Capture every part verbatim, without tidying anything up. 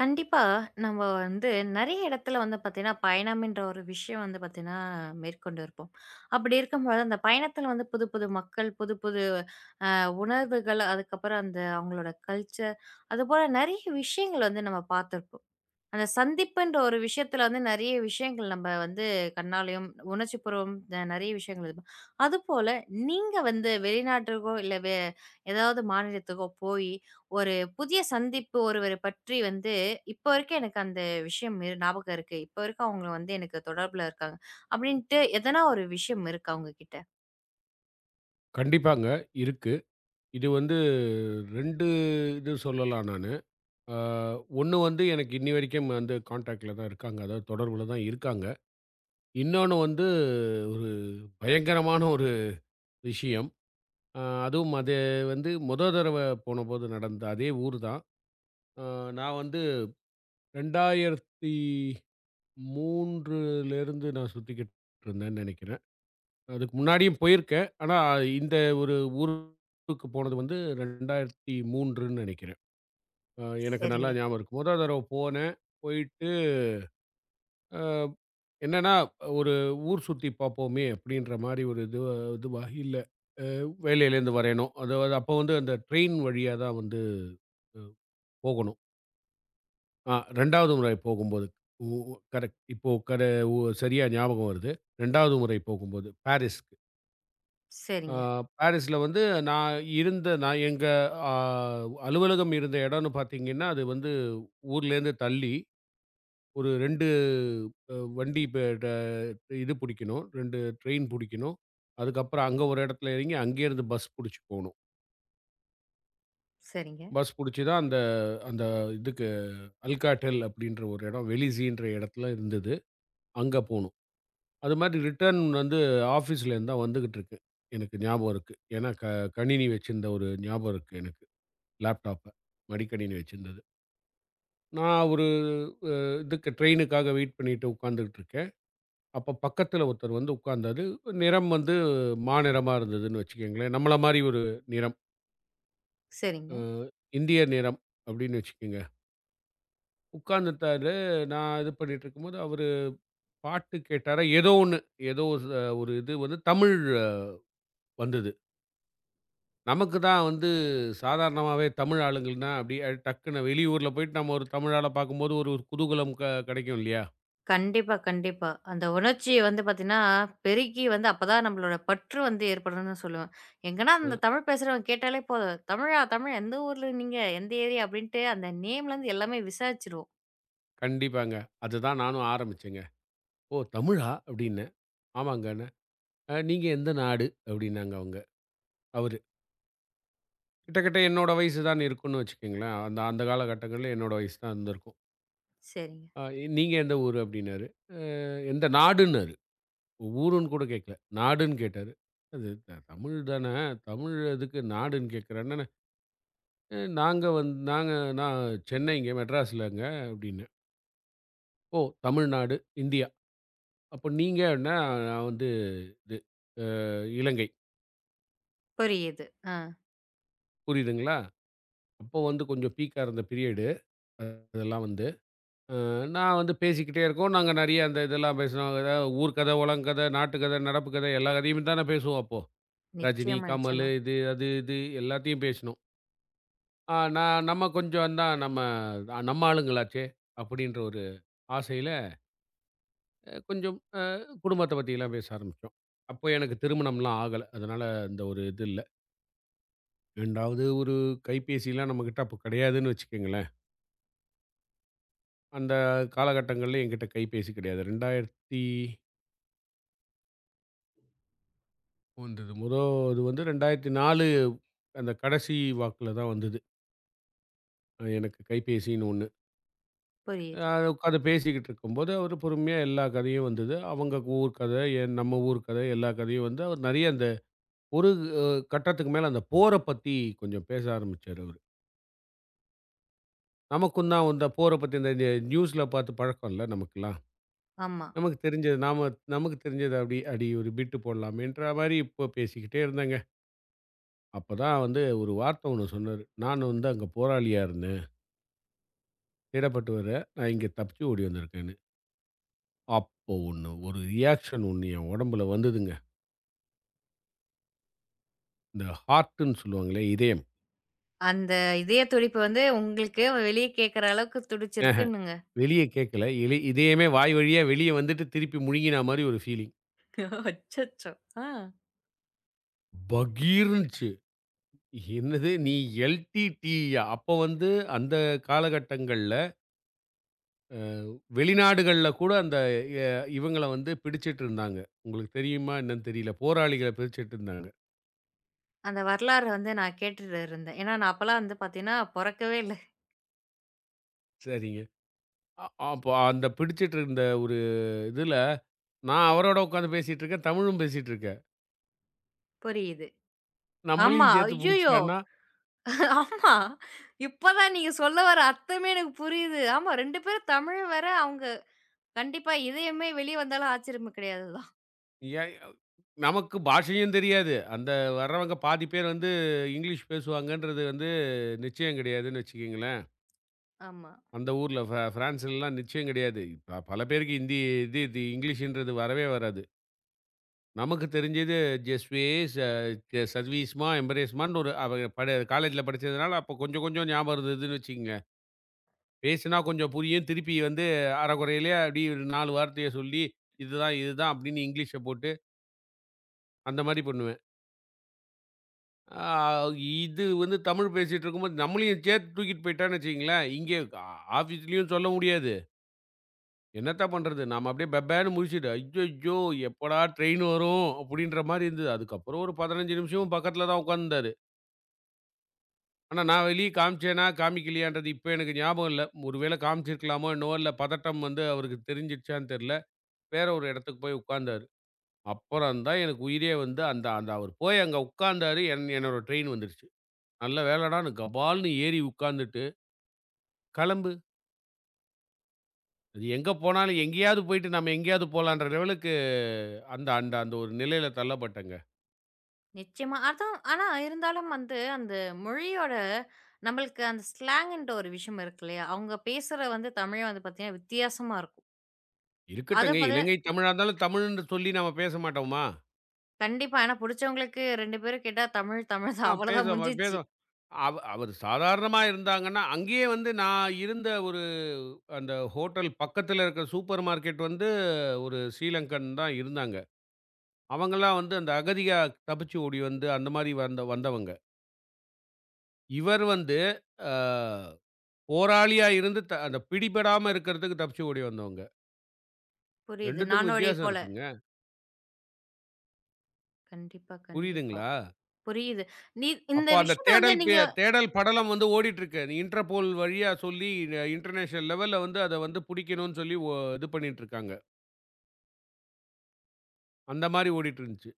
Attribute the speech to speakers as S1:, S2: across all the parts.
S1: கண்டிப்பா. நம்ம வந்து நெறைய இடத்துல வந்து பார்த்தீங்கன்னா, பயணம்ன்ற ஒரு விஷயம் வந்து பார்த்தீங்கன்னா, மேற்கொண்டு இருப்போம். அப்படி இருக்கும்போது, அந்த பயணத்துல வந்து புது புது மக்கள், புது புது அ உணர்வுகள், அதுக்கப்புறம் அந்த அவங்களோட கல்ச்சர், அதுபோல நெறைய விஷயங்கள் வந்து நம்ம பார்த்திருப்போம். அந்த சந்திப்புன்ற ஒரு விஷயத்துல வந்து நெறைய விஷயங்கள் நம்ம வந்து கண்ணாலயும், உணர்ச்சிபூர்வம் அ நெறைய விஷயங்கள் இது. அதுபோல நீங்க வந்து வெளிநாட்டுக்கோ, இல்ல வே ஏதாவது மாநிலத்துக்கோ போயி, ஒரு புதிய சந்திப்பு ஒருவர பற்றி வந்து இப்போ வரைக்கும் எனக்கு அந்த விஷயம் இரு ஞாபகம் இருக்கு. இப்போ வரைக்கும் அவங்க வந்து எனக்கு தொடர்புல இருக்காங்க. அப்படின்ட்டு எதனா ஒரு விஷயம் இருக்கா உங்ககிட்ட?
S2: கண்டிப்பாங்க. இருக்கு. இது வந்து ரெண்டு இது சொல்லலாம் நானு. ஆ ஒன்று வந்து எனக்கு இன்னி வரைக்கும் வந்து கான்டாக்ட்ல தான் இருக்காங்க. அதாவது தொடர்புல தான் இருக்காங்க. இன்னொன்னு வந்து ஒரு பயங்கரமான ஒரு விஷயம். அ அதுவும் அது வந்து மொத தடவ போனபோது நடந்த அதே ஊர் தான். அ நான் வந்து 2003லேருந்து நான் சுத்திக்கிட்டு இருந்தேன்னு நெனைக்கிறேன். அதுக்கு முன்னாடியும் போயிருக்கேன். ஆனா இந்த ஒரு ஊருக்கு போனது வந்து 2003ன்னு நெனைக்கிறேன். அ எனக்கு நல்லா
S1: சரிங்க,
S2: ஞாபகம் இருக்கு. மொத தடவ போனேன். போயிட்டு அ என்னன்னா, ஒரு ஊர் சுத்தி பார்ப்போமே! அப்படின்ற மாரி ஒரு இது இதுவா இல்ல. வேலையிலேருந்து வரையணும். அதாவது அப்போ வந்து அந்த ட்ரெயின் வழியா தான் வந்து அ போகணும். ஆ 2வது முறை போகும்போது. உ உ கரெக்ட். இப்போ கர உ சரியா ஞாபகம் வருது. 2வது முறை போகும்போது பாரிஸ்க்கு. அ
S1: சரிங்க,
S2: பாரிஸ்ல வந்து நான் இருந்த நான் எங்க அ அலுவலகம் இருந்த இடம்னு பார்த்தீங்கன்னா, அது வந்து ஊர்லேருந்து தள்ளி ஒரு ரெண்டு அ வண்டி ப ட இது புடிக்கணும். ரெண்டு ட்ரெயின் புடிக்கணும். அதுக்கப்புறம் அங்க ஒரு இடத்துல இறங்கி, அங்கேருந்து பஸ் புடிச்சு போணும்.
S1: சரிங்க,
S2: பஸ் புடிச்சு தான் அந்த அந்த இதுக்கு அல்காட்டெல் அப்படின்ற ஒரு இடம், வெலிஸின்ற இடத்துல இருந்தது. அங்க போணும். அது மாதிரி ரிட்டர்ன் வந்து ஆஃபீஸ்லேருந்து தான் வந்துகிட்டு இருக்கு. எனக்கு ஞாபகம் இருக்கு. ஏன்னா க கணினி வச்சிருந்த ஒரு ஞாபகம் இருக்கு எனக்கு. லேப்டாப்ப. மடிக்கணினி வச்சிருந்தது. நான் ஒரு அ இதுக்கு ட்ரெயினுக்காக வெயிட் பண்ணிட்டு உட்கார்ந்துகிட்டு இருக்கேன். அப்ப பக்கத்துல ஒருத்தர் வந்து உட்கார்ந்தாரு. நிறம் வந்து மாநிறமா இருந்ததுன்னு வச்சுக்கங்களேன். நம்மள மாரி ஒரு நிறம்.
S1: சரிங்க.
S2: அ இந்திய நிறம் அப்படின்னு வச்சுக்கங்க. உட்கார்ந்துட்டாரு. நான் இது பண்ணிட்டுருக்கும்போது, அவரு பாட்டு கேட்டாரா, ஏதோ ஒண்ணு. ஏதோ ச ஒரு இது வந்து தமிழ் வந்தது. நமக்கு தான் வந்து சாதாரணமாவே தமிழ் ஆளுங்கன்னா, அப்படியே டக்குன்னு வெளியூர்ல போயிட்டு நம்ம ஒரு தமிழ் ஆள பார்க்கும்போது ஒரு ஒரு குதூகலம் க கெடைக்கும் இல்லையா?
S1: கண்டிப்பா, கண்டிப்பா. அந்த உணர்ச்சி வந்து பார்த்தீங்கன்னா, பெருகி வந்து அப்பதான் நம்மளோட பற்று வந்து ஏற்படும்னு சொல்லுவேன். எங்கன்னா
S2: அ
S1: அந்த தமிழ் பேசுறவங்க கேட்டாலே போதும், "தமிழா? தமிழ் எந்த ஊர்ல நீங்க? எந்த ஏரியா?" அப்படின்ட்டு அந்த நேம்லேருந்து எல்லாமே விசாரிச்சுருவோம்.
S2: கண்டிப்பாங்க. அதுதான் நானும் ஆரம்பிச்சேங்க. "ஓ! தமிழா?" அப்படின்னேன். "ஆமாங்க." அ "நீங்க எந்த நாடு?" அப்படின்னாங்க அவங்க. அவரு. கிட்டத்தட்ட என்னோட வயசு தான் இருக்கும்னு வச்சுக்கங்களேன். அந்த அந்த காலகட்டங்கள்ல என்னோட வயசு தான் இருந்திருக்கும்.
S1: சரிங்க.
S2: அ "நீங்க எந்த ஊரு?" அப்படின்னாரு. அ "எந்த நாடுன்னாரு." ஊருன்னு கூட கேட்கல. நாடுன்னு கேட்டாரு. அது த தமிழ் தான. தமிழ் எதுக்கு நாடுன்னு கேட்கிறேன்னே. "அ நாங்க வந் நாங்க நான் சென்னைங்க, மெட்ராஸ்லங்க" அப்படின்னேன். "ஓ! தமிழ்நாடு, இந்தியா. அப்ப நீங்கன்னா நான் வந்து இது இலங்கை.
S1: புரியுது. ஆ.
S2: புரியுதுங்களா?" அப்போ வந்து கொஞ்சம் பீக்கா இருந்த பீரியடு. அதெல்லாம் வந்து. அ நான் வந்து பேசிக்கிட்டே இருக்கோம். நாங்க நெறைய அந்த இதெல்லாம் பேசினோம். அதாவது ஊர் கதை, உலங்கதை, நாட்டுக்கதை, நடப்பு கதை எல்லா கதையும் தானே பேசுவோம் அப்போ. ரஜினி,
S1: நிச்சயமா,
S2: கமல்
S1: நிச்சயமா.
S2: இது, அது, இது எல்லாத்தையும் பேசினோம். ஆ நான் நம்ம கொஞ்சம் தான் நம்ம அஹ் நம்ம ஆளுங்களாச்சே அப்படின்ற ஒரு ஆசையில கொஞ்சம் அ குடும்பத்த பத்திலாம் பேச ஆரம்பிச்சோம். அப்போ எனக்கு திருமணம்லாம் ஆகல. அதனால அந்த ஒரு இது இல்ல. 2வது ஒரு கைபேசிலாம் நம்மகிட்ட அப்போ கிடையாதுன்னு வச்சுக்கங்களேன். அந்த காலகட்டங்கள்ல என்கிட்ட கைபேசி கிடையாது. இரண்டாயிரம் வந்தது. மொத இது வந்து இரண்டாயிரத்து நாலு அந்த கடைசி வாக்குல தான் வந்தது. அஹ் எனக்கு கைபேசின்னு ஒண்ணு.
S1: புரியுது.
S2: அது உட்காந்து பேசிக்கிட்டு இருக்கும்போது, அவரு பொறுமையா எல்லா கதையும் வந்தது. அவங்க ஊர் கதை, என் நம்ம ஊர் கதை எல்லா கதையும் வந்து, அவர் நெறைய அந்த ஒரு அ கட்டத்துக்கு மேல அந்த போர பத்தி கொஞ்சம் பேச ஆரம்பிச்சாரு அவரு. நமக்கும் தான் வந்து போர பத்தி இந்த இந்த நியூஸ்ல பார்த்து பழக்கம் இல்ல நமக்கெல்லாம்.
S1: ஆமா.
S2: நமக்கு தெரிஞ்சது நாம நமக்கு தெரிஞ்சது அப்படி அடி ஒரு பிட்டு போடலாமேன்ற மாரி இப்போ பேசிக்கிட்டே இருந்தேங்க. அப்பதான் வந்து ஒரு வார்த்தை ஒண்ணு சொன்னாரு. நான் வந்து அங்க போராளியா இருந்தேன். தேடப்பட்டவரு, நான் இங்க தப்பிச்சு ஓடி வந்திருக்கேன்னு. அப்போ ஒண்ணு, ஒரு ரியாக்ஷன் ஒண்ணு என் உடம்புல வந்ததுங்க. இந்த ஹார்ட்டுன்னு சொல்லுவாங்களே இதயம்.
S1: அந்த இதய துடிப்பு வந்து உங்களுக்கு வெளிய கேட்கற அளவுக்கு
S2: ஆஹ
S1: துடிச்சிருக்குன்னுங்க.
S2: வெளிய கேட்கல. இலை இதயமே வாய் வழியா வெளிய வந்துட்டு திருப்பி முழுங்கினா மாரி ஒரு ஃபீலிங்.
S1: அச்சச்சோ! ஆ.
S2: பகீர்னுச்சு. என்னது நீ எல்டிடியா? அப்போ வந்து அந்த காலகட்டங்கள்ல அ வெளிநாடுகள்ல கூட அந்த எ இவங்கள வந்து பிடிச்சிட்டு இருந்தாங்க. உங்களுக்கு தெரியுமா என்னன்னு தெரியல. போராளிகள பிடிச்சிட்டு இருந்தாங்க.
S1: அந்த வரலாறு வந்து நான் கேட்டுட்டு இருந்தேன். ஏன்னா, நான் அப்பலாம் வந்து பார்த்தீங்கன்னா, பொறக்கவே இல்ல.
S2: சரிங்க. அ அப்போ அந்த பிடிச்சிட்டு இருந்த ஒரு இதுல, நான் அவரோட உட்காந்து பேசிட்டு இருக்கேன். தமிழும் பேசிட்டு இருக்கேன்.
S1: புரியுது. ஆமா.
S2: நம்மளையும் சேர்த்து
S1: ஐய்யயோ!
S2: புடிச்சுட்டான்னா,
S1: ஆமா. இப்பதான் நீங்க சொல்ல வர அர்த்தமே எனக்கு புரியுது. ஆமா ரெண்டு பேரும் தமிழ் வேற, அவங்க கண்டிப்பா இதயமே வெளிய வந்தாலும் ஆச்சரியமே கிடையாது தான்.
S2: ஏ நமக்கு பாஷையும் தெரியாது. அந்த வர்றவங்க பாதி பேர் வந்து இங்கிலீஷ் பேசுவாங்கன்றது வந்து நிச்சயம் கிடையாதுன்னு வச்சுக்கங்களேன்.
S1: ஆமா.
S2: அந்த ஊர்ல ஃப்ரா பிரான்ஸ்லலாம் நிச்சயம் கிடையாது. ப பல பேருக்கு ஹிந்தி இது இது இங்கிலீஷ்ன்றது வரவே வராது. நமக்கு தெரிஞ்சது ஜெஸ்வே ச சர்வீஸ்மா எம்பரேஸ்மான்னு ஒரு அவ பட காலேஜ்ல படிச்சதுனால அப்போ கொஞ்சம் கொஞ்சம் ஞாபகம் இருந்ததுன்னு வச்சுக்கங்க. பேசினா கொஞ்சம் புரியும். திருப்பி வந்து அரைகுறையிலே அப்படியே ஒரு நாலு வார்த்தைய சொல்லி, இதுதான், இதுதான் அப்படின்னு இங்கிலீஷ போட்டு அந்த மாரி பண்ணுவேன். ஆ இது வந்து தமிழ் பேசிட்டு இருக்கும்போது நம்மளையும் சேர்த்து தூக்கிட்டு போயிட்டான்னு வச்சுக்கங்களேன், இங்கே ஆ ஆஃபீஸ்லயும் சொல்ல முடியாது. என்னத்த பண்றது? நாம அப்படியே பெபேன்னு முழிச்சுட்டு, ஐய்யய்யோ! எப்படா ட்ரெயின் வரும்? அப்படின்ற மாரி இருந்தது. அதுக்கப்புறம் ஒரு பதினைஞ்சு நிமிஷமும் பக்கத்துல தான் உட்கார்ந்தாரு. ஆனா நான் வெளிய காமிச்சேனா, காமிக்கலையான்றது இப்ப எனக்கு ஞாபகம் இல்ல. ஒருவேள காமிச்சிருக்கலாமோ என்னவோ! இல்ல பதட்டம் வந்து அவருக்கு தெரிஞ்சிருச்சான்னு தெரியல. வேற ஒரு இடத்துக்கு போய் உட்கார்ந்தாரு. அப்புறம் தான் எனக்கு உயிரே வந்து அந்த அந்த அவர் போய் அங்க உட்கார்ந்தாரு. என் என்னோட ட்ரெயின் வந்துருச்சு. நல்ல வேளடான்னு கபால்ன்னு ஏறி உட்கார்ந்துட்டு, "கெளம்பு. அது எங்க போனாலும் எங்கேயாவது போயிட்டு நம்ம எங்கேயாவது போலான்ற லெவலுக்கு அந்த அந்த அந்த ஒரு நிலையில தள்ளப்பட்டேங்க.
S1: நிச்சயமா. அதான் ஆனா இருந்தாலும் வந்து அந்த மொழியோட நம்மளுக்கு அந்த ஸ்லாங்குன்ற ஒரு விஷயம் இருக்கு இல்லையா? அவங்க பேசுற வந்து தமிழ் வந்து பார்த்தீங்கன்னா வித்தியாசமா இருக்கும். அத
S2: இருக்கட்டுங்க.
S1: பாத்தா
S2: இலங்கை தமிழா இருந்தாலும் தமிழ்ன்னு சொல்லி நம்ம பேச மாட்டோமா?
S1: கண்டிப்பா. ஏன்னா புடிச்சவங்களுக்கு ரெண்டு பேரும் கேட்டா தமிழ் தமிழ் தான்
S2: ஆ
S1: அவ்வளோதான்
S2: பேசமா
S1: முடிஞ்சிருச்சு.
S2: பேசுவோம். அவ அவர் சாதாரணமா இருந்தாங்கன்னா, அங்கேயே வந்து நான் இருந்த ஒரு அந்த ஹோட்டல் பக்கத்துல இருக்கிற சூப்பர் மார்க்கெட் வந்து ஒரு ஸ்ரீலங்கன் தான் இருந்தாங்க. அவங்கலாம் வந்து அந்த அகதியா தப்பிச்சு ஓடி வந்து, அந்த மாரி வந்த வந்தவங்க. இவர் வந்து அ போராளியா இருந்து த அந்த பிடிபடாம இருக்கிறதுக்கு தப்பிச்சு ஓடி வந்தவங்க.
S1: புரியுது.
S2: ரெண்டுக்கும்
S1: நாடோடி
S2: வித்தியாசம்
S1: போல.
S2: இருக்குங்க.
S1: கண்டிப்பா, கண்டிப்பா.
S2: புரியுதுங்களா?
S1: புரியுது. நீ இந்த
S2: அப்போ அந்த
S1: விஷயத்த வந்து
S2: தேடல் பே
S1: நீங்க
S2: தேடல் படலம் வந்து ஓடிட்டுருக்கு. இன்டர்போல் வழியா சொல்லி அ இன்டர்நேஷனல் லெவல்ல வந்து அத வந்து புடிக்கணும்னு சொல்லி ஒ இது பண்ணிட்டுருக்காங்க. அந்த மாரி ஓடிட்டுருந்துச்சு.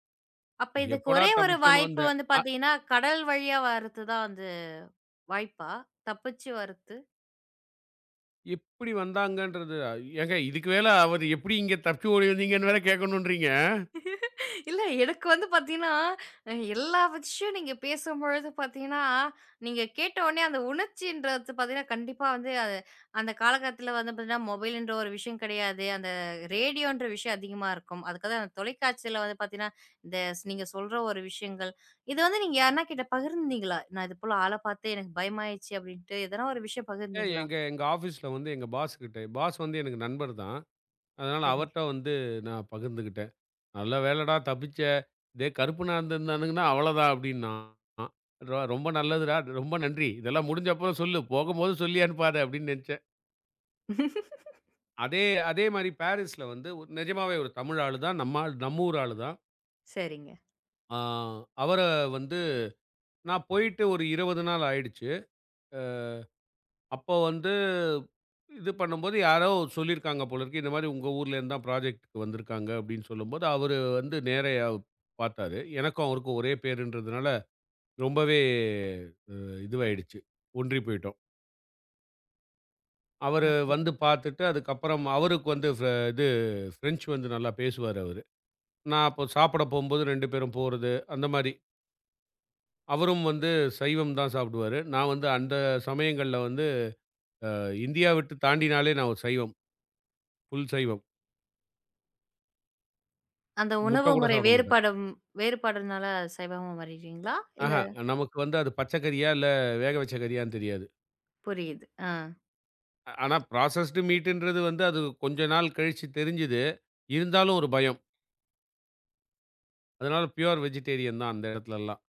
S1: அப்ப இதுக்கு
S2: எப்படா
S1: ஒரே ஒரு
S2: தப்பிச்சோன்னு
S1: வாய்ப்பு
S2: வந்தேன்.
S1: வந்து
S2: அ
S1: பார்த்தீங்கன்னா, கடல் வழியா வர்றது தான் வந்து வாய்ப்பா? தப்பிச்சு வர்றது?
S2: எப்படி வந்தாங்கன்றது ஏங்க இதுக்கு மேல அவரு எப்படி இங்க தப்பிச்சு ஓடி வந்தீங்கன்னு வேற கேட்கணுன்றீங்க.
S1: இல்ல எனக்கு வந்து பார்த்தீங்கன்னா, அ எல்லா விஷயம் நீங்க பேசும்பொழுது பார்த்தீங்கன்னா, நீங்க கேட்டவுனே அந்த உணர்ச்சின்றது பார்த்தீங்கன்னா, கண்டிப்பா வந்து அது அந்த காலகட்டத்தில வந்து பார்த்தீங்கன்னா, மொபைல்ன்ற ஒரு விஷயம் கிடையாது. அந்த ரேடியோன்ற விஷயம் அதிகமா இருக்கும். அதுக்காக அந்த தொலைக்காட்சியில வந்து பார்த்தீங்கன்னா, இந்த ஸ் நீங்க சொல்ற ஒரு விஷயங்கள். இது வந்து நீங்க யாருன்னா கிட்ட பகிர்ந்தீங்களா? நான் இது போல ஆள பார்த்து எனக்கு பயமாயிருச்சு அப்படின்ட்டு எதனா ஒரு விஷயம்
S2: ஏன்
S1: பகிர்ந்தீங்களா?
S2: எங்க எங்க ஆஃபீஸ்ல வந்து எங்க பாஸ் கிட்ட பாஸ் வந்து எனக்கு நண்பர் தான். அதனால
S1: சரிங்க.
S2: அவர்ட்ட வந்து நான் பகிர்ந்துக்கிட்டேன். "நல்ல வேலடா தப்பிச்ச. இதே கருப்பனா இருந்திருந்தானுங்கன்னா அவ்வளதான்" அப்படின்னான். "ரொ ரொம்ப நல்லதுடா. ரொம்ப நன்றி. இதெல்லாம் முடிஞ்ச அப்புறம் சொல்லு. போகும்போது சொல்லி அனுப்பாத" அப்படின்னு நெனச்சேன். அதே அதே மாரி பாரிஸ்ல வந்து ஒ நிஜமாவே ஒரு தமிழ் ஆளு தான். நம்ம ஆள் நம்ம ஊர் ஆளு தான்.
S1: சரிங்க.
S2: ஆ அவர வந்து நான் போயிட்டு ஒரு இருபது நாள் ஆயிடுச்சு. அப்போ வந்து, இது பண்ணும்போது யாரோ சொல்லியிருக்காங்க போல இருக்கு. இந்த மாரி உங்க ஊர்லேருந்து தான் ப்ராஜெக்ட்க்கு வந்திருக்காங்க அப்டின்னு சொல்லும்போது, அவரு வந்து நேரயா பார்த்தாரு. எனக்கும் அவருக்கும் ஒரே பேருன்றதுனால ரொம்பவே அ இதுவாயிடுச்சு. ஒன்றி போயிட்டோம். அவரு வந்து
S1: அற்புதங்க.
S2: பார்த்துட்டு அதுக்கப்புறம் அவருக்கு வந்து ஃப் இது ஃப்ரெஞ்சு வந்து நல்லா பேசுவாரு அவரு. நான் அப்போ சாப்பிட போம்போது ரெண்டு பேரும் போறது, அந்த மாரி. அவரும் வந்து சைவம் தான் சாப்பிடுவாரு. நான் வந்து அந்த சமயங்கள்ல வந்து இந்தியா விட்டு தாண்டினாலே நான் ஒரு சைவம். ஃபுல் சைவம்.
S1: அந்த
S2: முட்ட
S1: உணவு
S2: கூட
S1: முறை
S2: சாப்பிட மாட்டேன்.
S1: வேறுபாடும் வேறுபாடுனால சைவமா மாறிட்டீங்களா? இல்ல
S2: ஆஹ. நமக்கு வந்து அது பச்ச கறியா, இல்ல வேக வச்ச கறியான்னு தெரியாது.
S1: புரியுது. ஆ.
S2: ஆ- ஆனா ப்ராசஸ்டு மீட்டுன்றது வந்து அது கொஞ்ச நாள் கழிச்சு தெரிஞ்சது. இருந்தாலும் ஒரு பயம். அதனால பியூர் வெஜிடேரியன் தான் அந்த இடத்துலலாம்.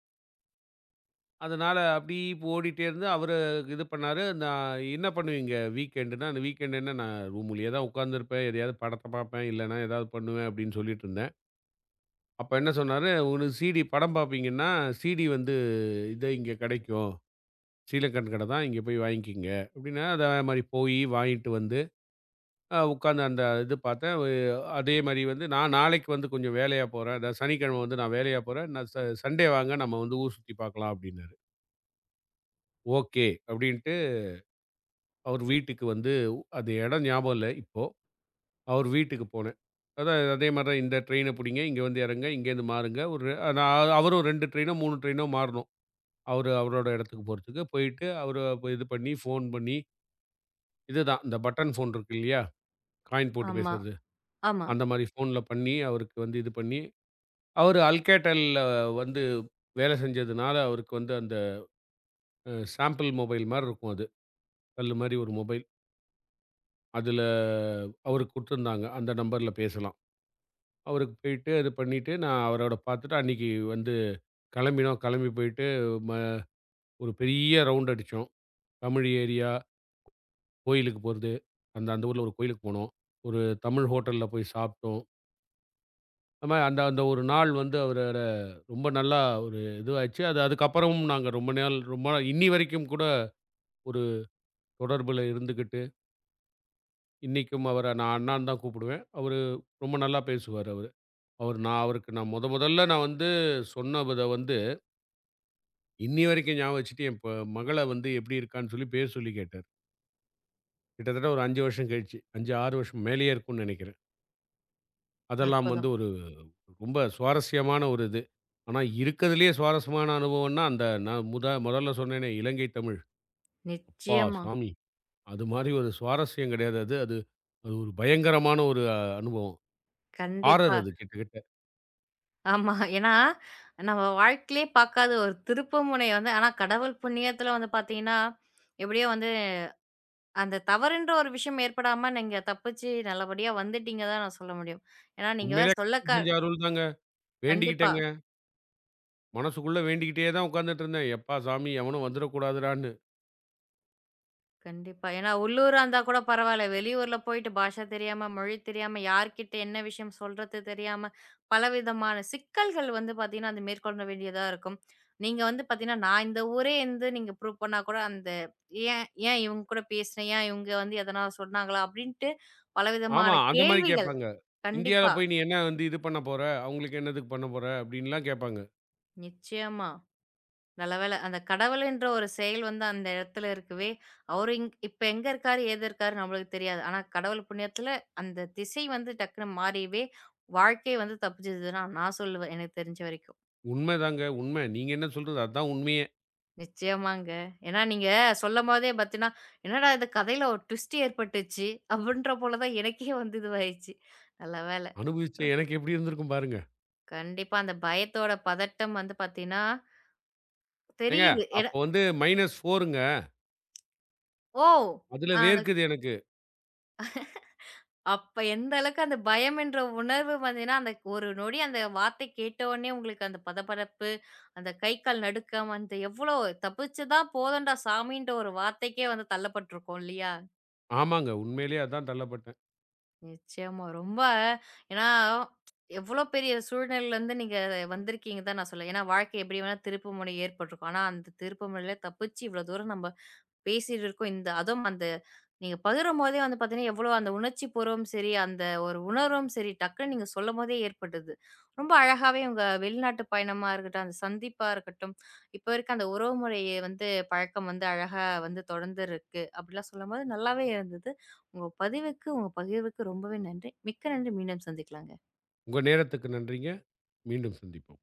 S2: அதனால அப்டி ஓடிட்டே இருந்து அவரு இது பண்ணாரு. நான் என்ன பண்ணுவீங்க வீக்கெண்டுனா, அந்த வீக்கெண்ட் என்ன நான் ரூமுலயே தான் உட்கார்ந்துருப்பேன். எதையாவது படத்த பார்ப்பேன், இல்லனா ஏதாவது பண்ணுவேன் அப்டின்னு சொல்லிட்டுருந்தேன். அப்ப என்ன சொன்னாரு, "உனக்கு சிடி படம் பார்ப்பீங்கன்னா, சிடி வந்து இது இங்க கெடைக்கும். ஸ்ரீலங்கன் கடை தான் இங்க போய் வாங்கிக்கங்க." அப்டின்னா, அதே மாரி போயி வாங்கிட்டு வந்து அ உட்காந்து அந்த இது பார்த்தேன். வ் அதே மாரி வந்து நான் நாளைக்கு வந்து கொஞ்சம் வேலையா போறேன். அதாவது சனிக்கிழமை வந்து நான் வேலையா போறேன். நான் ச சண்டே வாங்க நம்ம வந்து ஊர் சுத்தி பார்க்கலாம் அப்டின்னாரு. ஓகே அப்டின்ட்டு அவர் வீட்டுக்கு வந்து அது இடம் ஞாபகம் இல்ல இப்போ. அவர் வீட்டுக்கு போனேன். அதான் அதே மாரி தான் இந்த ட்ரெயின புடிங்க. இங்க வந்து இறங்குங்க. இங்கேருந்து மாறுங்க. ஒரு நான் அவரும் ரெண்டு ட்ரெயினோ, மூணு ட்ரெயினோ மாறணும். அவரு அவரோட இடத்துக்கு போறதுக்கு. போயிட்டு அவரு இது பண்ணி, ஃபோன் பண்ணி இதுதான் இந்த பட்டன் ஃபோன் இருக்கு இல்லையா? காயின் போட்டு
S1: ஆமா,
S2: பேசுறது.
S1: ஆமா.
S2: அந்த மாரி ஃபோன்ல பண்ணி அவருக்கு வந்து இது பண்ணி அவரு Alcatelல வந்து வேல செஞ்சதுனால, அவருக்கு வந்து அந்த அ சாம்பிள் மொபைல் மாரி இருக்கும் அது. கல்லு மாரி ஒரு மொபைல். அதுல அவருக்கு குடுத்துருந்தாங்க. அந்த நம்பர்ல பேசலாம். அவருக்கு போயிட்டு அது பண்ணிட்டு, நான் அவரோட பார்த்துட்டு அன்னைக்கு வந்து கெளம்பினோம். கெளம்பி போயிட்டு ம ஒரு பெரிய ரவுண்ட் அடிச்சோம். தமிழ் ஏரியா, கோயிலுக்கு போறது. அந்த அந்த ஊர்ல ஒரு கோயிலுக்கு போனோம். ஒரு தமிழ் ஹோட்டல்ல போய் சாப்ட்டோம். அந்த மாரி அந்த அந்த ஒரு நாள் வந்து அவரோட ரொம்ப நல்லா ஒரு இதுவாச்சு. அது அதுக்கப்புறமும் நாங்க ரொம்ப நாள் ரொம்ப நாள் இன்னி வரைக்கும் கூட தொடர்புல இருந்துகிட்டு, இன்னைக்கும் அவர நான் அண்ணான்னு தான் கூப்பிடுவேன். அவரு ரொம்ப நல்லா பேசுவாரு அவரு. அவரு நான் அவருக்கு நான் மொத மொதல்ல நான் வந்து சொன்னத வந்து, இன்னிய வரைக்கும் ஞாபகம் வச்சுட்டு என் ப மகள வந்து எப்படி இருக்கான்னு சொல்லி பேர் சொல்லி கேட்டாரு. கிட்டத்தட்ட ஒரு அஞ்சு வருஷம் கழிச்சு. அஞ்சு, ஆறு வருஷம் மேலேயே இருக்கும்னு நெனைக்கிறேன். அதெல்லாம் வந்து
S1: அற்புதம்.
S2: ஒரு ரொம்ப சுவாரஸ்யமான ஒரு இது. ஆனா இருக்கறதுலயே சுவாரஸ்யமான அனுபவம்னா, அந்த நான் முத மொதல்ல சொன்னேனே இலங்கை தமிழ். அப்பா
S1: நிச்சயமா.
S2: சாமி! அது மாரி ஒரு சுவாரஸ்யம் கெடையாது அது. அது அது ஒரு பயங்கரமான ஒரு அஹ், அனுபவம். ஹாரர்
S1: கண்டிப்பா.
S2: அது கிட்டத்தட்ட.
S1: ஆமா. ஏன்னா, நம்ம வாழ்க்கையிலே பார்க்காத ஒரு திருப்புமுனை வந்து ஆனா கடவுள் புண்ணியத்துல வந்து பார்த்தீங்கன்னா, எப்படியோ வந்து அந்த தவறுன்ற ஒரு விஷயம் ஏற்படாம நீங்க தப்பிச்சு நல்லபடியா வந்துட்டீங்க தான் நான் சொல்ல முடியும். ஏன்னா நீங்க
S2: உண்மையிலே
S1: சொல்ல
S2: கடவுள்
S1: க
S2: செஞ்ச அருள் தாங்க.
S1: கண்டிப்பா.
S2: வேண்டிக்கிட்டேங்க. மனசுக்குள்ள வேண்டிக்கிட்டே தான் உட்கார்ந்துட்டு இருந்தேன். எப்பா சாமி எவனும் வந்துறக்கூடாதுடான்னு.
S1: கண்டிப்பா. ஏன்னா உள்ளூரா இருந்தா கூட பரவால்ல. வெளியூர்ல போயிட்டு பாஷை தெரியாம, மொழி தெரியாம, யார்கிட்ட என்ன விஷயம் சொல்றது தெரியாம, பலவிதமான சிக்கல்கள் வந்து பார்த்தீங்கன்னா, அது மேற்கொள்ள வேண்டியதா இருக்கும். நீங்க வந்து பார்த்தீங்கன்னா, நான் இந்த ஊரே இருந்து நீங்க ப்ரூவ் பண்ணா கூட அந்த ஏன் ஏன் இவங்க கூட பேசினேன்? ஏன் இவங்க வந்து எதனா சொன்னாங்களா? அப்படின்ட்டு பலவிதமான
S2: ஆமா, அந்த மாரி
S1: கேள்விகள்.
S2: கேட்பாங்க. இந்தியால
S1: கண்டிப்பா.
S2: போய் "நீ என்ன வந்து இது பண்ண போற? அவங்களுக்கு என்னதுக்கு பண்ண போற?" அப்படின்லாம் கேட்பாங்க.
S1: நிச்சயமா. நல்ல வேளை. அந்த கடவுளுன்ற ஒரு செயல் வந்து அந்த இடத்துல இருக்கவே, அவரு இங் இப்ப எங்க இருக்காரு? ஏது இருக்காரு? நம்மளுக்கு தெரியாது. ஆனா கடவுள் புண்ணியத்துல அந்த திசை வந்து டக்குனு மாறியவே, வாழ்க்கை வந்து தப்பிச்சதுன்னு நான் சொல்லுவேன். எனக்கு தெரிஞ்ச வரைக்கும்.
S2: உண்மைதாங்க, உண்மை. நீங்க என்ன சொல்றது அதான் உண்மையே.
S1: நிச்சயமாங்க. ஏன்னா நீங்க சொல்லும்போதே பார்த்தீங்கன்னா, "என்னடா இது கதையில ஒரு ட்விஸ்ட் ஏற்பட்டுச்சு." அப்படின்ற போல தான் எனக்கே வந்து இதுவாயிருச்சு. நல்ல வேளை.
S2: அனுபவிச்ச
S1: அப்புறம்
S2: எனக்கு எப்படி இருந்திருக்கும் பாருங்க.
S1: கண்டிப்பா அந்த பயத்தோட பதட்டம் வந்து பார்த்தீங்கன்னா,
S2: ஏங்க
S1: தெரியுது. ஏன்னா
S2: அப்ப வந்து -4ங்க.
S1: ஓ!
S2: அதுல
S1: அ
S2: வேர்க்குது எனக்கு.
S1: அப்ப எந்த அளவுக்கு அந்த பயம் என்ற உணர்வு வந்ததுன்னா, அந்த ஒரு நொடி அந்த வார்த்தை கேட்டவுனே உங்களுக்கு அந்த பதபதப்பு, அந்த கை, கால் நடுக்கம், அந்த எவ்வளோ "தப்பிச்சதா போதும்டா சாமின்ற" ஒரு வார்த்தைக்கே வந்து தள்ளப்பட்டுருக்கோம் இல்லையா?
S2: ஆமாங்க, உண்மையிலேயே அதான் தள்ளப்பட்டேன்.
S1: நிச்சயமா. ரொம்ப ஏன்னா எவ்வளோ பெரிய சூழ்நிலையிலருந்து நீங்க வந்திருக்கீங்க தான் நான் சொல்லுவேன். ஏன்னா வாழ்க்கை எப்படி வேணா திருப்பு முனை ஏற்பட்டுருக்கும். ஆனா அந்த திருப்பு முனையில தப்பிச்சு இவ்வளோ தூரம் நம்ப பேசிட்டு இருக்கோம். இந்த அதுவும் அந்த நீங்க பகிரும்போதே வந்து பார்த்தீங்கன்னா, எவ்வளோ அந்த உணர்ச்சி பூர்வம் சரி, அந்த ஒரு உணர்வும் சரி, டக்குன்னு நீங்க சொல்லும்போதே ஏற்பட்டது. ரொம்ப அழகாவே உங்க வெளிநாட்டு பயணமா இருக்கட்டும், அந்த சந்திப்பா இருக்கட்டும், இப்போ இருக்க அந்த உறவு முறை வந்து பழக்கம் வந்து அழகா வந்து தொடர்ந்து இருக்கு. அப்படிலாம் சொல்லும்போது நல்லாவே இருந்தது. உங்க பதிவுக்கு, உங்க பகிர்வுக்கு ரொம்பவே நன்றி. மிக்க நன்றி. மீண்டும் சந்திக்கலாங்க.
S2: உங்க நேரத்துக்கு நன்றிங்க. மீண்டும் சந்திப்போம்.